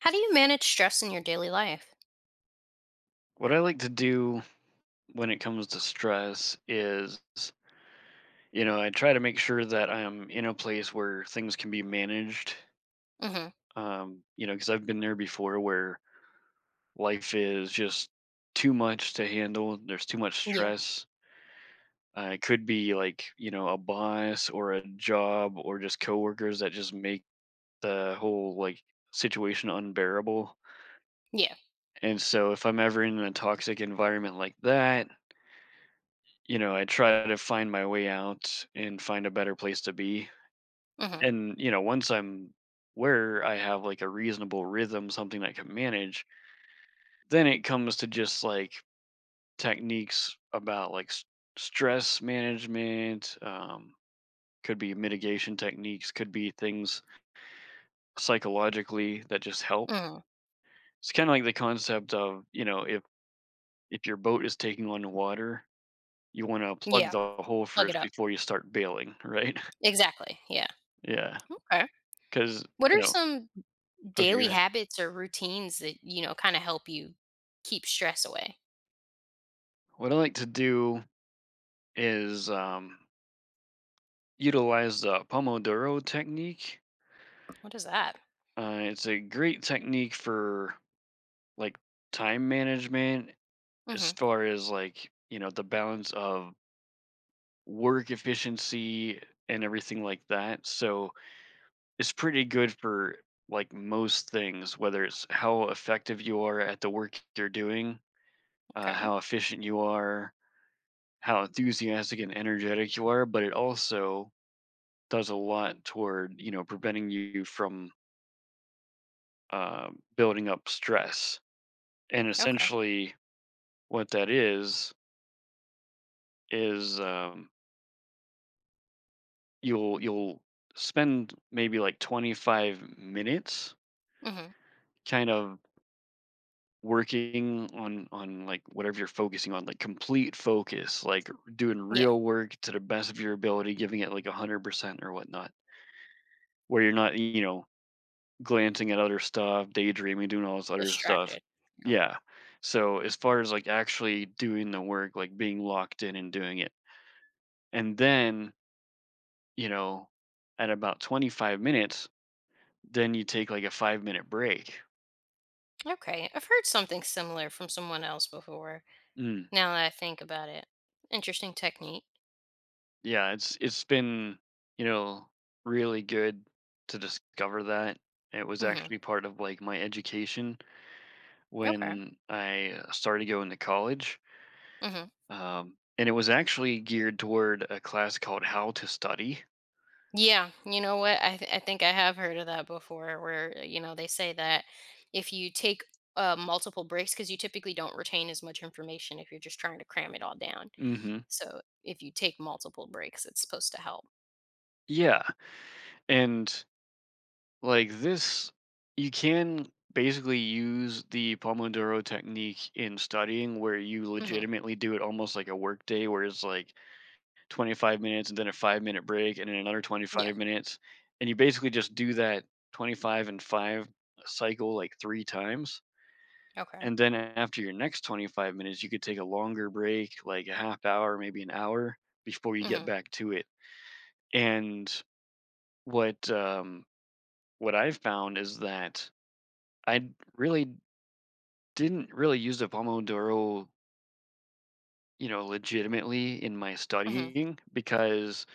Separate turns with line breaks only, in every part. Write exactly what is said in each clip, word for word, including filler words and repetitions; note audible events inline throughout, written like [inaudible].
How do you manage stress in your daily life?
What I like to do when it comes to stress is, you know, I try to make sure that I'm in a place where things can be managed.
Mhm.
Um, you know, because I've been there before where life is just too much to handle. There's too much
Yeah.
stress. Uh, it could be like, you know, a boss or a job or just coworkers that just make the whole like situation unbearable.
Yeah.
And so if I'm ever in a toxic environment like that, you know, I try to find my way out and find a better place to be.
Mhm.
And, you know, once I'm where I have like a reasonable rhythm, something I can manage, then it comes to just like techniques about like s- stress management. Um, could be mitigation techniques, could be things psychologically that just help.
Mhm.
It's kind of like the concept of, you know, if if your boat is taking on water, you want to
Yeah.
plug the hole
Plug it
first
up.
before you start bailing, right?
Exactly. Yeah.
[laughs] Yeah.
Okay.
'Cause,
What
you
are
know
some
okay, go
daily
ahead.
habits or routines that, you know, kinda help you keep stress away?
What I like to do is, um, utilize the Pomodoro technique.
What is that?
Uh, it's a great technique for, like, time management as
Mhm.
far as, like, you know, the balance of work efficiency and everything like that. So, it's pretty good for, like, most things, whether it's how effective you are at the work you're doing, uh,
Okay.
how efficient you are, how enthusiastic and energetic you are, but it also does a lot toward, you know, preventing you from uh, building up stress. And
Okay.
essentially, what that is is um, you'll you'll spend maybe like twenty-five minutes
Mhm.
kind of working on on like whatever you're focusing on, like complete focus, like doing
Yeah.
real work to the best of your ability, giving it like one hundred percent or whatnot, where you're not you know glancing at other stuff, daydreaming, doing all this other stuff.
Distracted. Yeah.
Yeah. So as far as like actually doing the work, like being locked in and doing it. And then, you know, at about twenty-five minutes, then you take like a five minute break.
Okay. I've heard something similar from someone else before,
Mm.
now that I think about it. Interesting technique.
Yeah, it's it's been, you know, really good to discover that. It was
Mhm.
actually part of like my education
Okay.
when I started going to college.
Mhm.
Um, and it was actually geared toward a class called How to Study.
Yeah, you know what? I th- I think I have heard of that before, where uh, you know, they say that if you take uh, multiple breaks, because you typically don't retain as much information if you're just trying to cram it all down.
Hmm.
So if you take multiple breaks, it's supposed to help.
Yeah. And like this, you can basically use the Pomodoro technique in studying where you
Hmm.
legitimately do it almost like a work day where it's like twenty-five minutes and then a five minute break and then another
Yeah.
twenty-five minutes. And you basically just do that twenty-five and five cycle like three times.
Okay.
And then after your next twenty-five minutes, you could take a longer break, like a half hour, maybe an hour before you get
Hmm.
back to it. And what um, what I've found is that I really didn't really use the Pomodoro, you know, legitimately in my
Hmm.
studying because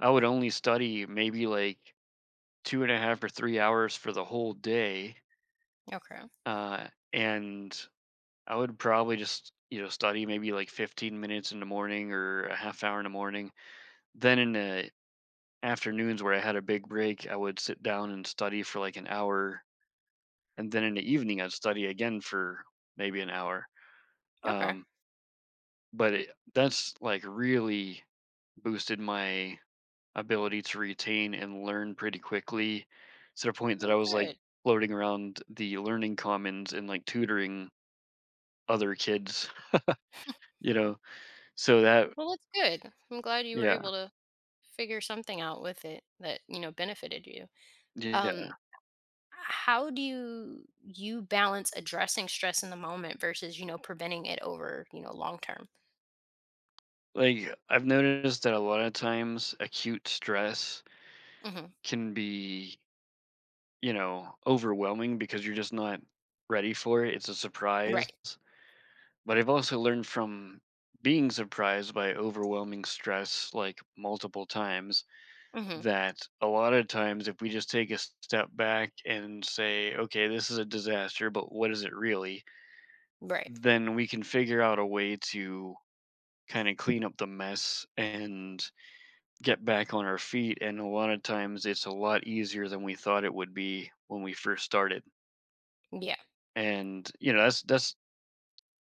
I would only study maybe like two and a half or three hours for the whole day,
Okay.
uh, and I would probably just you know study maybe like fifteen minutes in the morning or a half hour in the morning. Then in the afternoons where I had a big break, I would sit down and study for like an hour, and then in the evening I'd study again for maybe an hour.
Okay.
Um, but it, that's like really boosted my ability to retain and learn pretty quickly to the point that I
Well,
was like
good.
floating around the learning commons and like tutoring other kids, [laughs] you know. So that
Well, that's good. I'm glad you were
Yeah,
able to figure something out with it that, you know, benefited you. Um,
yeah.
how do you you balance addressing stress in the moment versus, you know, preventing it over, you know, long term?
Like I've noticed that a lot of times acute stress
Hmm.
can be you know, overwhelming because you're just not ready for it. It's a surprise.
Right.
But I've also learned from being surprised by overwhelming stress like multiple times
Hmm.
that a lot of times if we just take a step back and say, okay, this is a disaster, but what is it really?
Right.
Then we can figure out a way to kind of clean up the mess and get back on our feet. And a lot of times it's a lot easier than we thought it would be when we first started.
Yeah.
And you know that's that's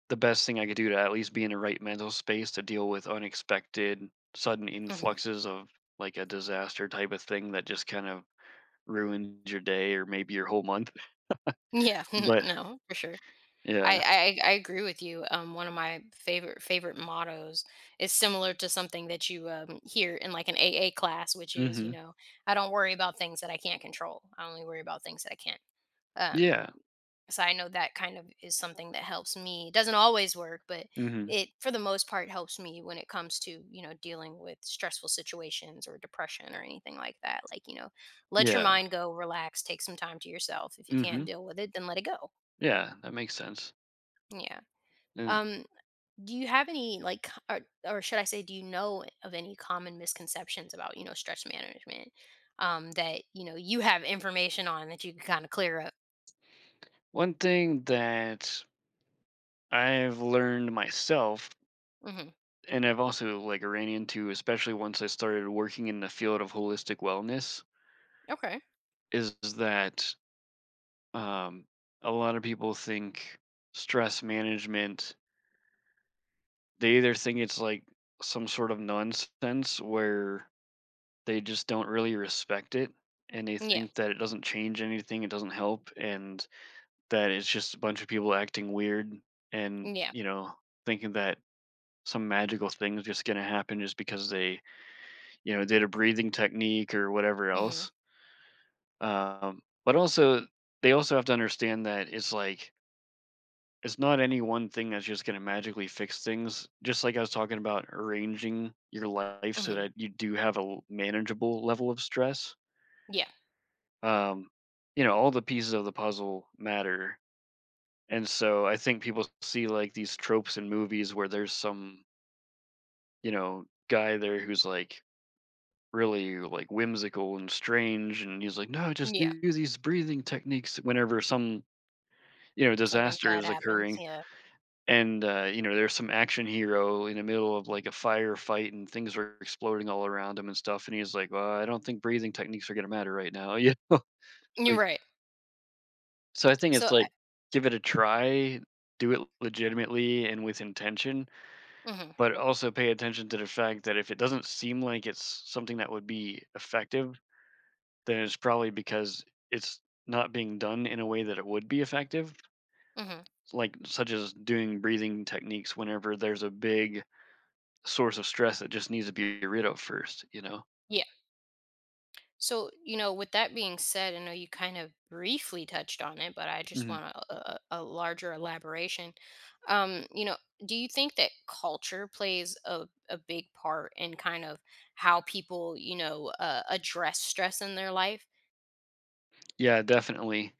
the best thing I could do to at least be in the right mental space to deal with unexpected sudden
Hmm.
influxes of like a disaster type of thing that just kind of ruins your day or maybe your whole month. [laughs]
Yeah. [laughs]
But
No, for sure.
yeah.
I, I i agree with you. Um one of my favorite favorite mottos is similar to something that you um hear in like an AA class, which is, you
Hmm.
know, I don't worry about things that I can't control. I only worry about things that I can. Um,
Yeah.
so I know that kind of is something that helps me. It doesn't always work, but
Hmm.
it for the most part helps me when it comes to, you know, dealing with stressful situations or depression or anything like that. Like, you know, let your
Yeah.
mind go, relax, take some time to yourself. If you can't
Hmm.
deal with it, then let it go.
Yeah, that makes sense.
Yeah.
And
Um, do you have any like c- or, or should I say, do you know of any common misconceptions about, you know, stress management, um, that, you know, you have information on that you can kind of clear up?
one thing that I've learned myself,
Mhm.
and I've also like ran into, especially once I started working in the field of holistic wellness,
Okay.
is that um, a lot of people think stress management, they either think it's like some sort of nonsense where they just don't really respect it and they
Yeah.
think that it doesn't change anything, it doesn't help, and that it's just a bunch of people acting weird and,
Yeah.
you know, thinking that some magical thing is just going to happen just because they, you know, did a breathing technique or whatever
Mhm.
else. Um, but also, they also have to understand that it's like it's not any one thing that's just going to magically fix things. Just like I was talking about arranging your life so
Mhm.
that you do have a l- manageable level of stress.
Yeah,
Um, you know, all the pieces of the puzzle matter. And so I think people see like these tropes in movies where there's some, you know, guy there who's like really like whimsical and strange and he's like, "No, just
yeah,
do these breathing techniques whenever some, you know,
something
disaster
bad
is
happens,
occurring."
yeah.
And, uh, you know, there's some action hero in the middle of like a firefight and things are exploding all around him and stuff. And he's like, well, I don't think breathing techniques are going to matter right now. [laughs] You know,
You're
like,
right.
so I think
So
it's
I
like, give it a try, do it legitimately and with intention,
mhm,
but also pay attention to the fact that if it doesn't seem like it's something that would be effective, then it's probably because it's not being done in a way that it would be effective,
mhm,
like such as doing breathing techniques whenever there's a big source of stress that just needs to be rid of first, you know?
yeah. So, you know, with that being said, I know you kind of briefly touched on it, but I just
Hmm.
want a a a larger elaboration. Um, you know, do you think that culture plays a a big part in kind of how people, you know, uh, address stress in their life?
Yeah, definitely.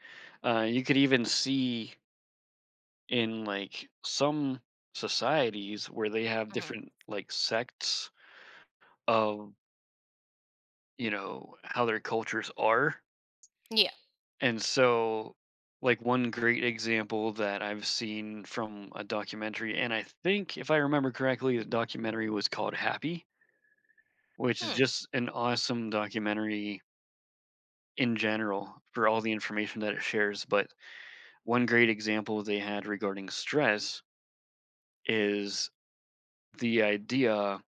Uh, you could even see in like some societies where they have
Mhm.
different like sects of, you know, how their cultures are.
Yeah.
And so, like, one great example that I've seen from a documentary, and I think if I remember correctly, the documentary was called Happy, which is
Hmm,
just an awesome documentary in general for all the information that it shares. But one great example they had regarding stress is the idea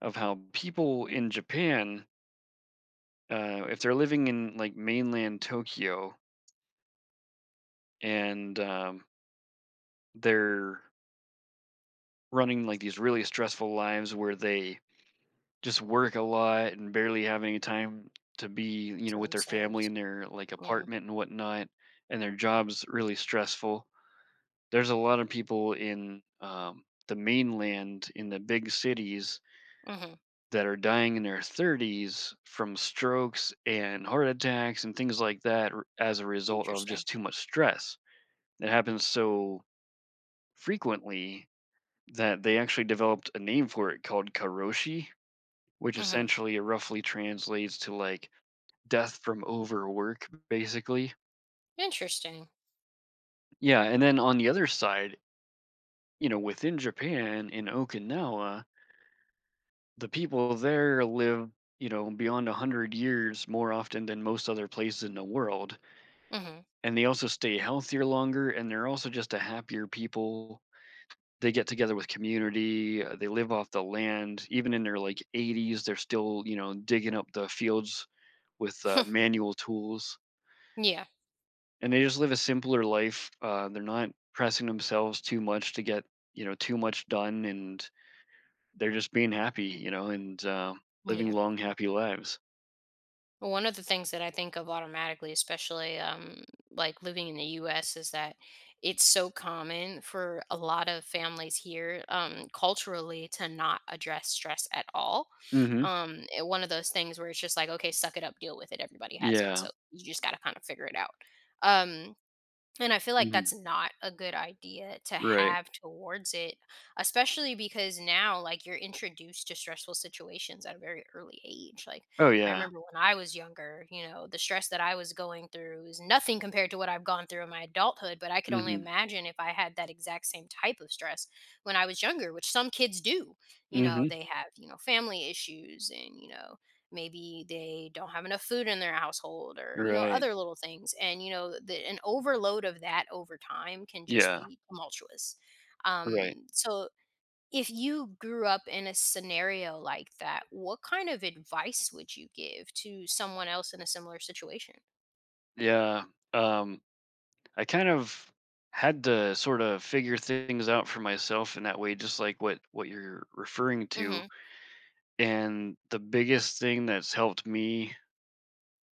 of how people in Japan, uh, if they're living in like mainland Tokyo and um, they're running like these really stressful lives where they just work a lot and barely have any time to be, you
to
know, with their family
themselves.
in their like
Yeah.
apartment and whatnot, and their job's really stressful. There's a lot of people in um, the mainland in the big cities
Mhm.
that are dying in their thirties from strokes and heart attacks and things like that r- as a result of
Interesting.
just too much stress. It happens so frequently that they actually developed a name for it called karoshi, which
Mhm.
essentially roughly translates to like death from overwork, basically.
Interesting.
Yeah, and then on the other side, you know, within Japan in Okinawa, the people there live, you know, beyond one hundred years more often than most other places in the world,
Mhm.
and they also stay healthier longer, and they're also just a happier people. They get together with community. Uh, they live off the land even in their like eighties. They're still you know digging up the fields with uh,
[laughs]
manual tools,
Yeah.
and they just live a simpler life. Uh, they're not pressing themselves too much to get you know too much done, and they're just being happy, you know and uh, living
Yeah.
long happy lives.
Well, one of the things that I think of automatically, especially um, like living in the U S, is that it's so common for a lot of families here, um, culturally, to not address stress at all.
Hmm.
Um, it- one of those things where it's just like, okay, suck it up, deal with it. Everybody has it,
Yeah.
so you just got to kind of figure it out. Um, and I feel like that's
Hmm.
not a good idea to
Right.
have towards it, especially because now, like, you're introduced to stressful situations at a very early age. Like,
Oh,
I
yeah.
remember when I was younger, you know, the stress that I was going through is nothing compared to what I've gone through in my adulthood. But I could only
Hmm.
imagine if I had that exact same type of stress when I was younger, which some kids do. You know,
Hmm.
they have, you know, family issues and, you know, maybe they don't have enough food in their household, or, you know,
Right.
other little things, and, you know, the, an overload of that over time can just
Yeah.
be tumultuous.
Right.
Um, so if you grew up in a scenario like that, what kind of advice would you give to someone else in a similar situation?
Yeah, um, I kind of had to sort of figure things out for myself in that way, just like what what you're referring to.
Mm-hmm.
And the biggest thing that's helped me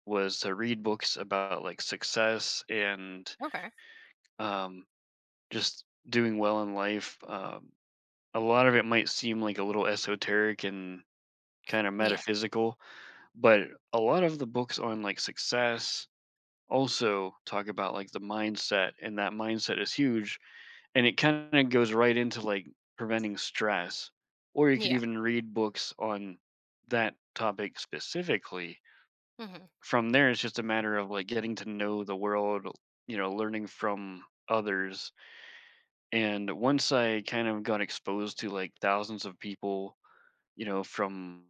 was to read books about like success and
Okay.
um, just doing well in life. Um, a lot of it might seem like a little esoteric and kind of
Yeah.
metaphysical, but a lot of the books on like success also talk about like the mindset, and that mindset is huge. And it kinda goes right into, like, preventing stress, or you could
Yeah.
even read books on that topic specifically.
Mm-hmm.
From there, it's just a matter of, like, getting to know the world, you know, learning from others, and once I kind of got exposed to, like, thousands of people, you know, from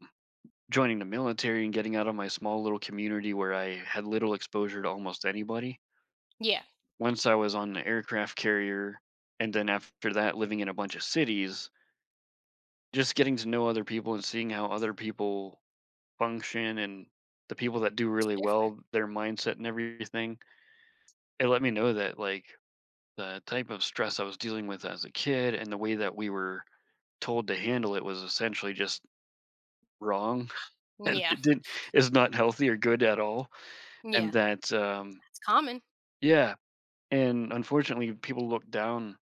joining the military and getting out of my small little community where I had little exposure to almost anybody.
Yeah,
Once I was on the aircraft carrier, and then after that living in a bunch of cities, just getting to know other people and seeing how other people function and the people that do
it's
really
different.
well, their mindset and everything, it let me know that like the type of stress I was dealing with as a kid and the way that we were told to handle it was essentially just wrong [laughs] and
Yeah.
it didn't is not healthy or good at all.
Yeah.
And that um
It's common.
Yeah. And unfortunately people look down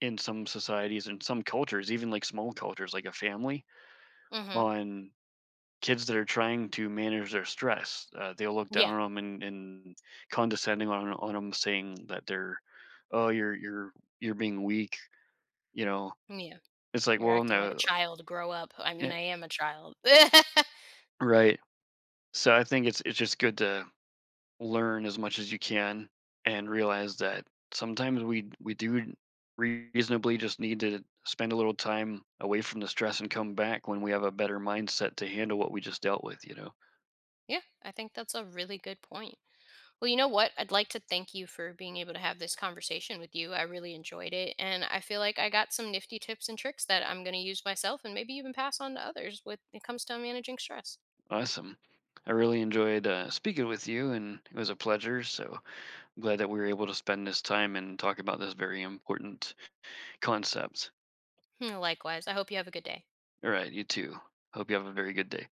in some societies and some cultures, even like small cultures like a family,
Mm-hmm.
on kids that are trying to manage their stress. Uh, they'll look
Yeah.
down on them and, and condescending on on them, saying that they're, oh, you're you're you're being weak. You know,
Yeah,
it's like,
you're
well,
acting like a
no,
child, grow up. I mean,
eh,
I am a child. [laughs]
right. So I think it's it's just good to learn as much as you can and realize that sometimes we we do reasonably just need to spend a little time away from the stress and come back when we have a better mindset to handle what we just dealt with. You know.
Yeah, I think that's a really good point. Well, you know what? I'd like to thank you for being able to have this conversation with you. I really enjoyed it. And I feel like I got some nifty tips and tricks that I'm going to use myself and maybe even pass on to others with when it comes to managing stress.
Awesome. I really enjoyed uh, speaking with you, and it was a pleasure. So I'm glad that we were able to spend this time and talk about this very important concept.
Hmm, likewise, I hope you have a good day.
All right, you too. Hope you have a very good day.